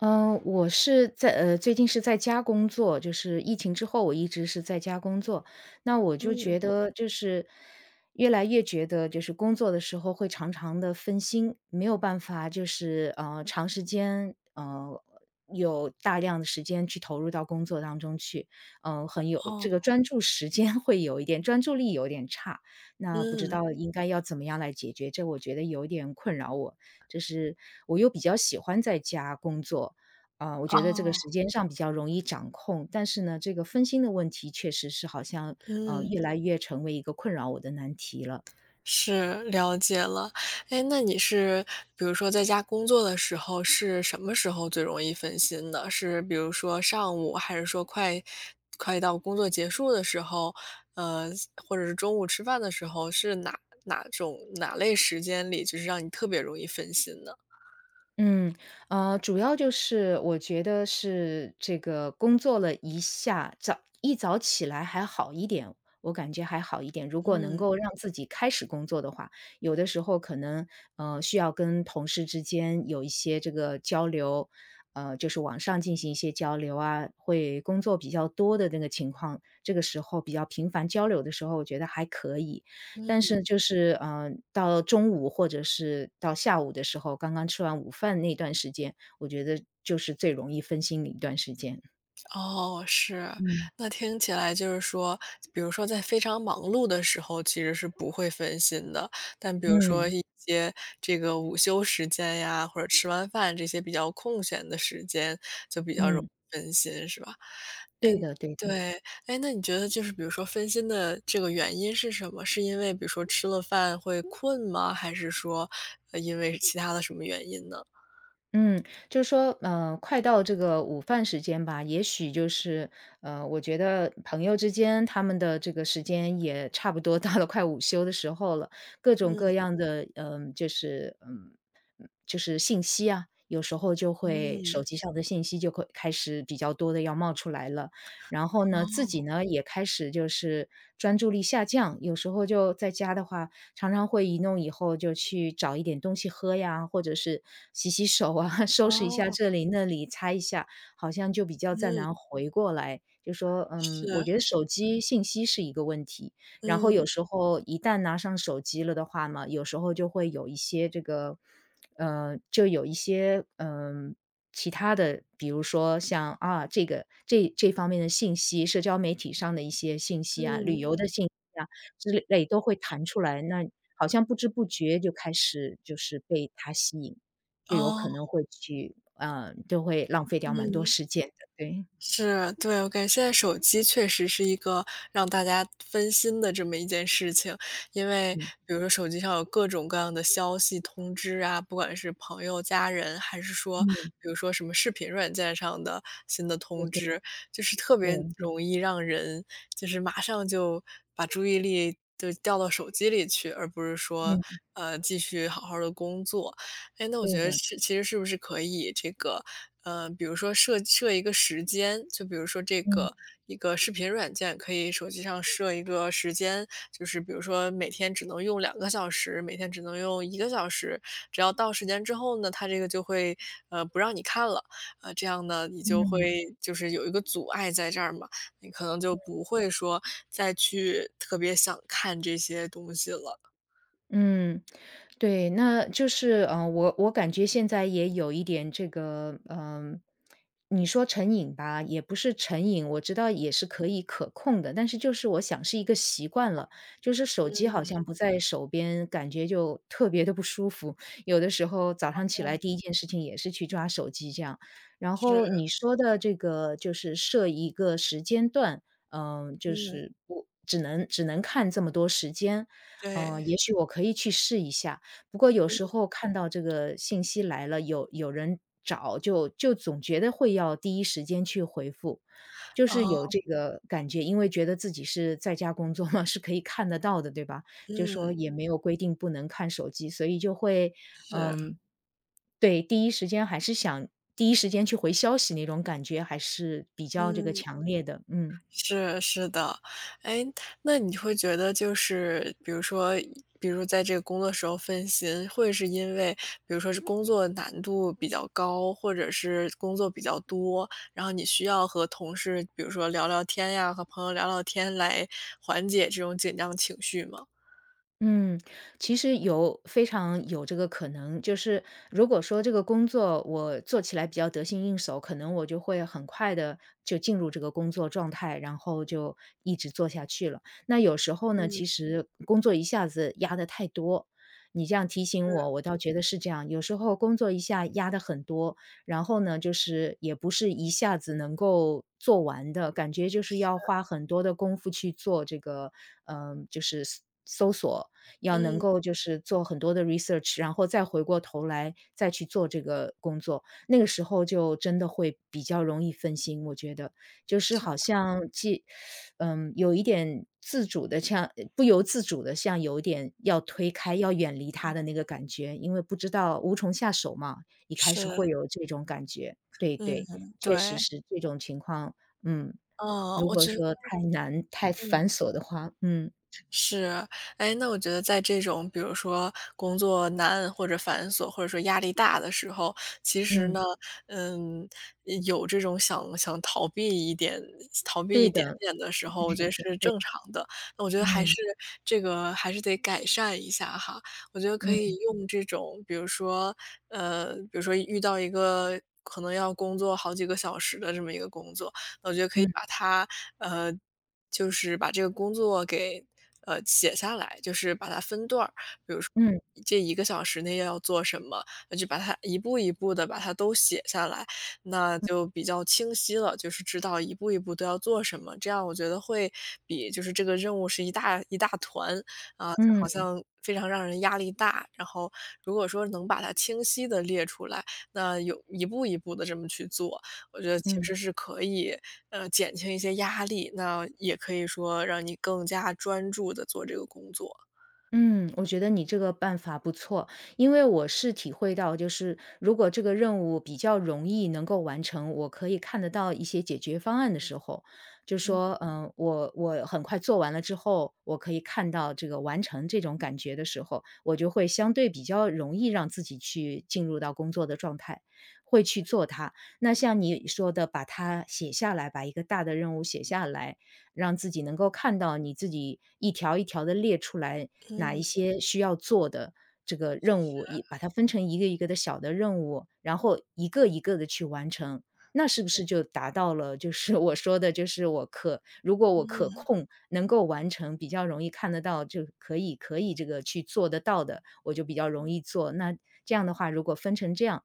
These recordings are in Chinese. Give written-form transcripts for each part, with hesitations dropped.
嗯，我是在呃，最近是在家工作，就是疫情之后，我一直是在家工作。那我就嗯，觉得，就是越来越觉得，就是工作的时候会常常的分心，没有办法，就是长时间有大量的时间去投入到工作当中去，很有这个哦，专注时间 会有一点，专注力有点差。那不知嗯，道应该要怎么样来解决，这我觉得有点困扰我。就是我又比较喜欢在家工作，啊、我觉得这个哦，时间上比较容易掌控。但是呢，这个分心的问题确实是好像嗯，越来越成为一个困扰我的难题了。是，了解了。哎，那你是比如说在家工作的时候，是什么时候最容易分心的？是比如说上午，还是说快到工作结束的时候，呃，或者是中午吃饭的时候，是哪类时间里，就是让你特别容易分心呢？嗯，主要就是我觉得是这个工作了一下，早起来还好一点，我感觉还好一点。如果能嗯，够让自己开始工作的话，有的时候可能需要跟同事之间有一些这个交流，就是网上进行一些交流啊，会工作比较多的那个情况，这个时候比较频繁交流的时候，我觉得还可以。但嗯。是就是到中午或者是到下午的时候，刚刚吃完午饭那段时间，我觉得就是最容易分心的一段时间。哦，是。嗯。那听起来就是说，比如说在非常忙碌的时候，其实是不会分心的。但比如说嗯，一些这个午休时间呀，或者吃完饭这些比较空闲的时间，就比较容嗯，易分心，是吧？对的对的。对，哎，那你觉得就是比如说分心的这个原因是什么？是因为比如说吃了饭会困吗？还是说，因为其他的什么原因呢？嗯，就是说，快到这个午饭时间吧，也许就是，我觉得朋友之间他们的这个时间也差不多 到了快午休的时候了，各种嗯各样的，就是信息啊，有时候就会嗯，手机上的信息就会开始比较多的要冒出来了，然后呢，自己呢也开始就是专注力下降，有时候就在家的话，常常会一弄以后就去找一点东西喝呀，或者是洗洗手啊，收哦拾一下这哦，里那里，擦一下，好像就比较再嗯，难回过来。就说，是，我觉得手机信息是一个问题，然后嗯。有时候一旦拿上手机了的话嘛，有时候就会有一些这个，就有一些其他的，比如说像啊这个这方面的信息，社交媒体上的一些信息啊，旅嗯，游的信息啊。之类都会弹出来，那好像不知不觉就开始就是被它吸引，就有哦，可能会去就会浪费掉蛮多嗯，时间的，对，是，对，我感觉现在手机确实是一个让大家分心的这么一件事情，因为嗯，比如说手机上有各种各样的消息通知啊，不管是朋友、家人，还是说嗯，比如说什么视频软件上的新的对通对知，就是特别对，容易让人就是马上就把注意力就调到手机里去，而不是说嗯，继续好好的工作。哎，那我对觉得的，是其实是不是可以这个，呃，比如说设一个时间，就比如说这嗯。个一个视频软件，可以手机上设一个时间，就是比如说每天只能用2个小时，每天只能用一个小时，只要到时间之后呢，它这个就会，呃，不让你看了。呃，这样呢，你就会就是有一个阻碍在这儿嘛，你可能就不会说再去特别想看这些东西了。嗯，对，那就是我感觉现在也有一点这个，你说成瘾吧，也不是成瘾，我知道也是可以可控的，但是就是我想是一个习惯了，就是手机好嗯，像不在手边，感觉就特别的不舒服。有的时候早上起来第一件事情也是去抓手机这样。然是，后你说的这个就是设一个时间段，就嗯，是不只能看这么多时间，对，嗯，也许我可以去试一下。不过有时嗯，候看到这个信息来了，有人找，就总觉得会要第一时间去回复，就是有哦。这个感觉，因为觉得自己是在家工作嘛，是可以看得到的，对吧？就嗯，说也没有规定不能看手机，所以就会，是，嗯，对，第一时间还是想第一时间去回消息那种感觉还是比较这个嗯，强烈的，嗯。是是的。哎，那你会觉得就是比如说比如在这个工作时候分心，会是因为比如说是工作难度比较高，或者是工作比较多，然后你需要和同事比如说聊聊天呀，和朋友聊聊天来缓解这种紧张情绪吗？嗯，其实非常有这个可能，就是如果说这个工作我做起来比较得心应手，可能我就会很快的就进入这个工作状态，然后就一直做下去了。那有时候呢，其嗯，实工作一下子压得太多，你这样提醒是，我，我倒觉得是这样。有时候工作一下压得很多，然后呢，就是也不是一下子能够做完的，感觉就是要花很多的功夫去做这个，就是搜索要能嗯，够就是做很多的 research，然后再回过头来再去做这个工作。那个时候就真的会比较容易分心，我觉得，就是是好像有一点自主的，像不由自主的，像有一点要推开、要远离他的那个感觉，因为不知道无从下手嘛，一开始是，会有这种感觉。对嗯，对，确实对，是这种情况，嗯，嗯，如我果觉得说太难、太繁嗯。琐的话，嗯，是，哎，那我觉得在这种比如说工作难或者繁琐，或者说压力大的时候，其实嗯，呢，嗯，有这种想逃避一点、逃避对一点的，点的时候，我觉得是正常的。那我觉得还是嗯，这个还是得改善一下哈。我觉得可以嗯。用这种，比如说，呃，比如说遇到一个可能要工作好几个小时的这么一个工作，那我觉得可以嗯把它，呃。就是把这个工作给写下来，就是把它分段儿。嗯这一个小时内要做什么，那就把它一步一步的把它都写下来，那就比较清晰了，就是知道一步一步都要做什么，这样我觉得会比就是这个任务是一大团，啊，就好嗯像非常让人压力大。然后如果说能把它清晰的列出来，那有一步一步的这么去做，我觉得其嗯。实是可以，呃，减轻一些压力，那也可以说让你更加专注的做这个工作。嗯，我觉得你这个办法不错，因为我是体会到，就是如果这个任务比较容易能够完成，我可以看得到一些解决方案的时候，就说，嗯，我很快做完了之后，我可以看到这个完成这种感觉的时候，我就会相对比较容易让自己去进入到工作的状态，会去做它。那像你说的，把它写下来，把一个大的任务写下来，让自己能够看到你自己一条一条的列出来，哪嗯，一些需要做的这个任务，是。一把它分成一个一个的小的任务，然后一个一个的去完成。那是不是就达到了就是我说的，就是如果我可控，能够完成，比较容易看得到，就可以这个去做得到的，我就比较容易做。那这样的话，如果分成这样，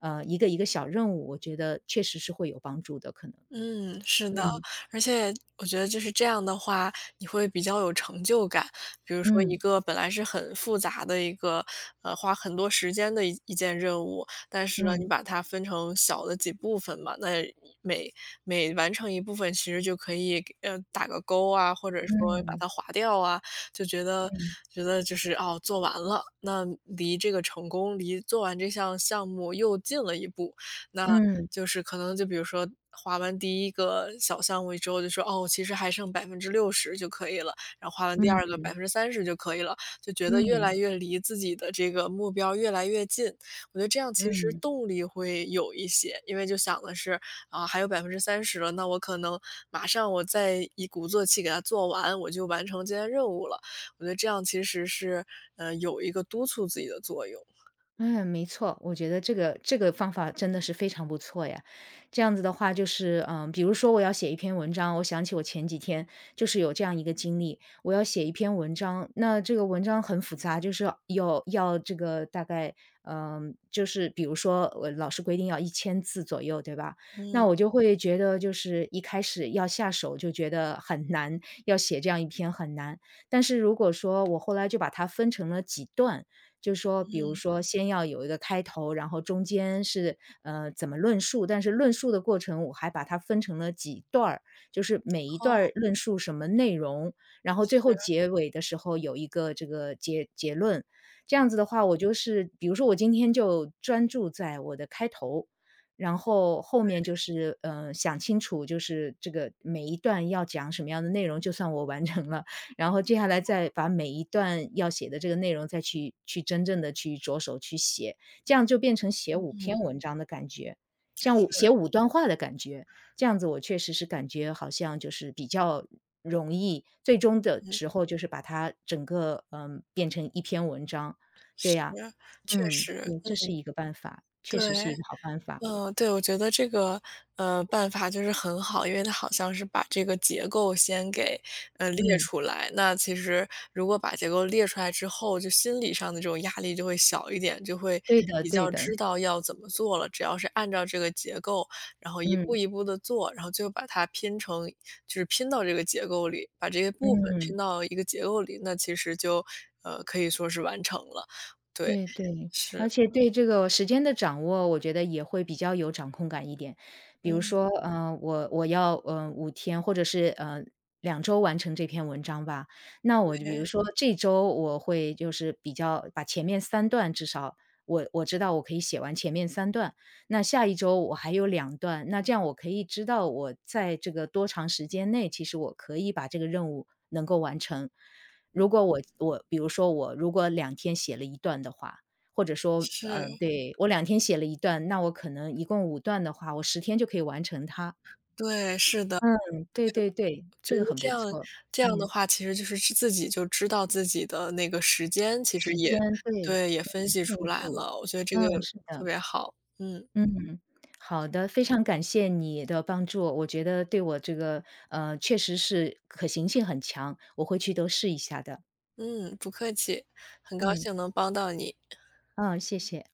一个一个小任务，我觉得确实是会有帮助的可能。嗯，是的，嗯。而且我觉得就是这样的话，你会比较有成就感。比如说一嗯，个本来是很复杂的一个，呃，花很多时间的一件任务，但是呢，你嗯，把它分成小的几部分嘛，那每每完成一部分，其实就可以给打个勾啊，或者说把嗯，它划掉啊，就觉得嗯，就是哦做完了，那离这个成功，离做完这项目又近了一步。那嗯，就是可能就比如说划完第一个小项目之后就说：“哦，其实还剩60%就可以了。”然后划完第嗯，二个百分之三十就可以了，就觉得越来嗯，越离自己的这个目标越来越近。我觉得这样其实嗯。动力会有一些，因为就想的是，啊，还有百分之三十了，那我可能马上我再一鼓作气给它做完，我就完成今天任务了。我觉得这样其实是，呃，有一个督促自己的作用。嗯，没错，我觉得这个方法真的是非常不错呀。这样子的话，就是比如说我要写一篇文章，我想起我前几天就是有这样一个经历，我要写一篇文章，那这个文章很复杂，就是要这个大概就是比如说老师规定要1000字左右，对吧？嗯那我就会觉得就是一开始要下手就觉得很难，要写这样一篇很难。但是如果说我后来就把它分成了几段。就说比如嗯，说先要有一个开头，然后中间是，怎么论述，但是论述的过程我还把它分成了几段儿，就是每一段儿哦，论述什么内容，然后最是后结尾的时候有一个这个结论。这样子的话，我就是比如说我今天就专注在我的开头，然后后面就是，想清楚就是这个每一段要讲什么样的内容，就算我完成了。然后接下来再把每一段要写的这个内容再去真正的去着手去写，这样就变成写五篇文章的感觉，像写是，五段话的感觉。这样子我确实是感觉好像就是比较容易，最终的嗯。时候就是把它整个，变成一篇文章。对是，呀，确嗯，实，嗯，这是一个办法，对，确实是一个好办法。嗯，对，我觉得这个，呃，办法就是很好，因为它好像是把这个结构先给，呃，列嗯，出来。那其实如果把结构列出来之后，就心理上的这种压力就会小一点，就会对的比对较的，知道要怎么做了。只要是按照这个结构，然后一步嗯，一步的做，然后最后把它拼成就是拼到这个结构里，把这些部分嗯。拼到一个结构里，那其实就，呃，可以说是完成了。对，对对，而是，且对这个时间的掌握，我觉得也会比较有掌控感一点。比如嗯。说，嗯，我要5天，或者是2周完成这篇文章吧。那我就比如对，说这周我会就是比较把前面三段至少我知道我可以写完前面三段，那下一周我还有两段，那这样我可以知道我在这个多长时间内，其实我可以把这个任务能够完成。如果我比如说我如果两天写了一段的话，或者说嗯是，对，我两天写了一段，那我可能一共五段的话，我10天就可以完成它。对，是的。嗯，对对对，觉这个得很这不样错。这样的嗯，话，其实就是知自己就知道自己的那个时间，其实时也间，对，对，也分析进出来度。了，我觉得这个嗯，是特的，别好。嗯，嗯，好的，非常感谢你的帮助，我觉得对我这个，确实是可行性很强，我回去都试一下的。嗯，不客气，很高嗯，兴能帮到你。嗯，谢谢。